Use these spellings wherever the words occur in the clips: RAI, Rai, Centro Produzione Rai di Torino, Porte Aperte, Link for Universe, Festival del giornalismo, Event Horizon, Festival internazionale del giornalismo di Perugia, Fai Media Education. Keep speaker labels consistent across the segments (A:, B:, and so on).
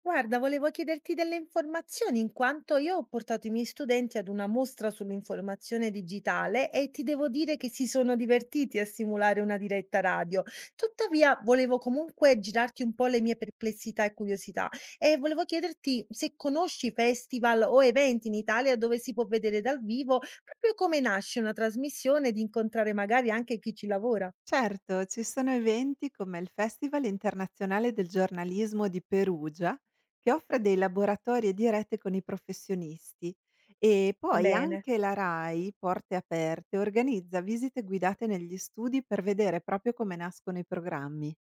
A: Guarda, volevo chiederti delle informazioni in quanto io ho portato i miei studenti ad una mostra sull'informazione digitale e ti devo dire che si sono divertiti a simulare una diretta radio. Tuttavia, volevo comunque girarti un po' le mie perplessità e curiosità e volevo chiederti se conosci festival o eventi in Italia dove si può vedere dal vivo proprio come nasce una trasmissione, di incontrare magari anche chi ci lavora.
B: Certo, ci sono eventi come il Festival internazionale del giornalismo di Perugia, che offre dei laboratori e dirette con i professionisti. E poi
A: Bene.
B: anche la RAI, Porte Aperte, organizza visite guidate negli studi per vedere proprio come nascono i programmi.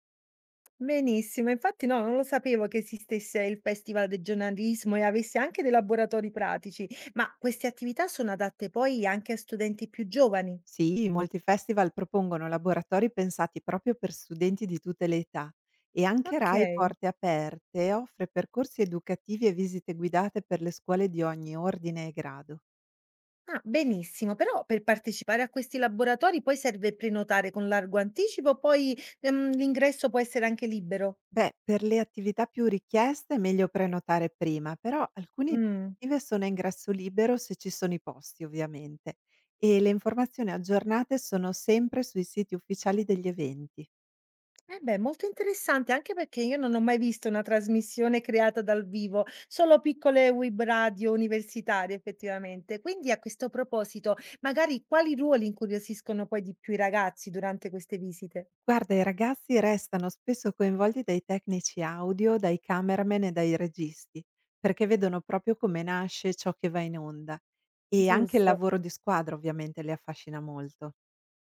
A: Benissimo, infatti no, non lo sapevo che esistesse il Festival del giornalismo e avesse anche dei laboratori pratici, ma queste attività sono adatte poi anche a studenti più giovani?
B: Sì, molti festival propongono laboratori pensati proprio per studenti di tutte le età. E anche
A: Ok,
B: RAI Porte Aperte offre percorsi educativi e visite guidate per le scuole di ogni ordine e grado.
A: ah, benissimo, però per partecipare a questi laboratori poi serve prenotare con largo anticipo, poi l'ingresso può essere anche libero.
B: Beh, per le attività più richieste è meglio prenotare prima, però alcune
A: Mm.
B: iniziative sono a ingresso libero se ci sono i posti, ovviamente, e le informazioni aggiornate sono sempre sui siti ufficiali degli eventi.
A: Eh beh, molto interessante, anche perché io non ho mai visto una trasmissione creata dal vivo, solo piccole web radio universitarie effettivamente. Quindi a questo proposito, magari quali ruoli incuriosiscono poi di più i ragazzi durante queste visite?
B: Guarda, i ragazzi restano spesso coinvolti dai tecnici audio, dai cameraman e dai registi, perché vedono proprio come nasce ciò che va in onda. E anche il
A: Giusto,
B: lavoro di squadra ovviamente li affascina molto.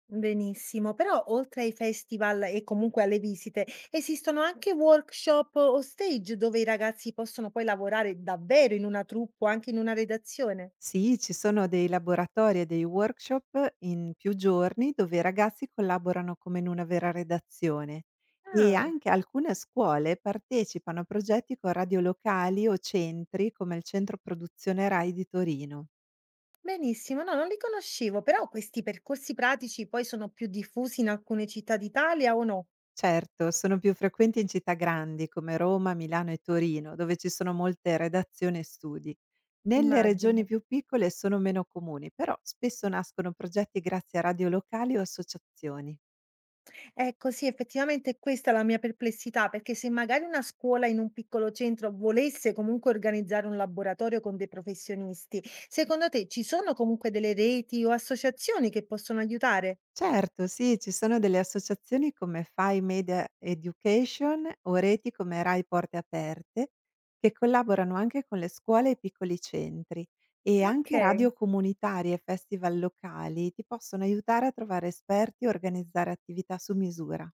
A: benissimo. Però oltre ai festival e comunque alle visite, esistono anche workshop o stage dove i ragazzi possono poi lavorare davvero in una troupe o anche in una redazione?
B: Sì, ci sono dei laboratori e dei workshop in più giorni dove i ragazzi collaborano come in una vera redazione, e
A: Ah.
B: anche alcune scuole partecipano a progetti con radio locali o centri come il Centro Produzione Rai di Torino.
A: Benissimo, no, non li conoscevo, però questi percorsi pratici poi sono più diffusi in alcune città d'Italia o no?
B: Certo, sono più frequenti in città grandi come Roma, Milano e Torino, dove ci sono molte redazioni e studi. Nelle regioni
A: Immagino.
B: più piccole sono meno comuni, però spesso nascono progetti grazie a radio locali o associazioni.
A: Ecco, sì, effettivamente questa è la mia perplessità, perché se magari una scuola in un piccolo centro volesse comunque organizzare un laboratorio con dei professionisti, secondo te ci sono comunque delle reti o associazioni che possono aiutare?
B: Certo, sì, ci sono delle associazioni come Fai Media Education o reti come Rai Porte Aperte che collaborano anche con le scuole e i piccoli centri, e anche
A: Ok.
B: radio comunitarie e festival locali ti possono aiutare a trovare esperti e organizzare attività su misura.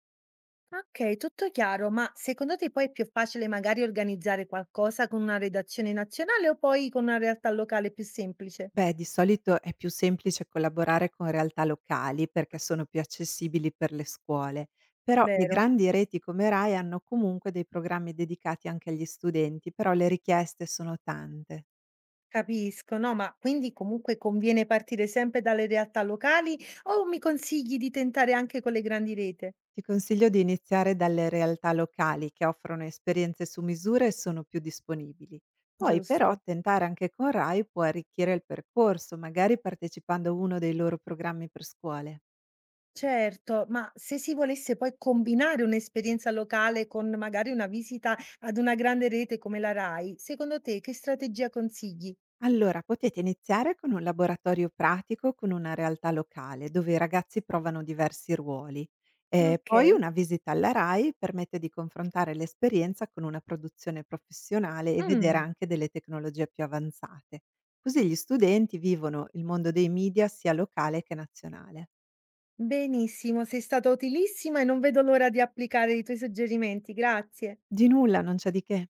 A: Ok, tutto chiaro, ma secondo te poi è più facile magari organizzare qualcosa con una redazione nazionale o poi con una realtà locale più semplice?
B: Beh, di solito è più semplice collaborare con realtà locali perché sono più accessibili per le scuole, però le
A: Vero,
B: grandi reti come RAI hanno comunque dei programmi dedicati anche agli studenti, però le richieste sono tante.
A: capisco. No, ma quindi comunque conviene partire sempre dalle realtà locali o mi consigli di tentare anche con le grandi rete?
B: Ti consiglio di iniziare dalle realtà locali che offrono esperienze su misura e sono più disponibili. Poi però
A: Giusto.
B: tentare anche con RAI può arricchire il percorso, magari partecipando a uno dei loro programmi per scuole.
A: Certo, ma se si volesse poi combinare un'esperienza locale con magari una visita ad una grande rete come la Rai, secondo te che strategia consigli?
B: Allora, potete iniziare con un laboratorio pratico con una realtà locale, dove i ragazzi provano diversi ruoli. E
A: Ok.
B: poi una visita alla RAI permette di confrontare l'esperienza con una produzione professionale e vedere
A: Mm,
B: anche delle tecnologie più avanzate. Così gli studenti vivono il mondo dei media sia locale che nazionale.
A: benissimo, sei stata utilissima e non vedo l'ora di applicare i tuoi suggerimenti. Grazie.
B: Di nulla, non c'è di che.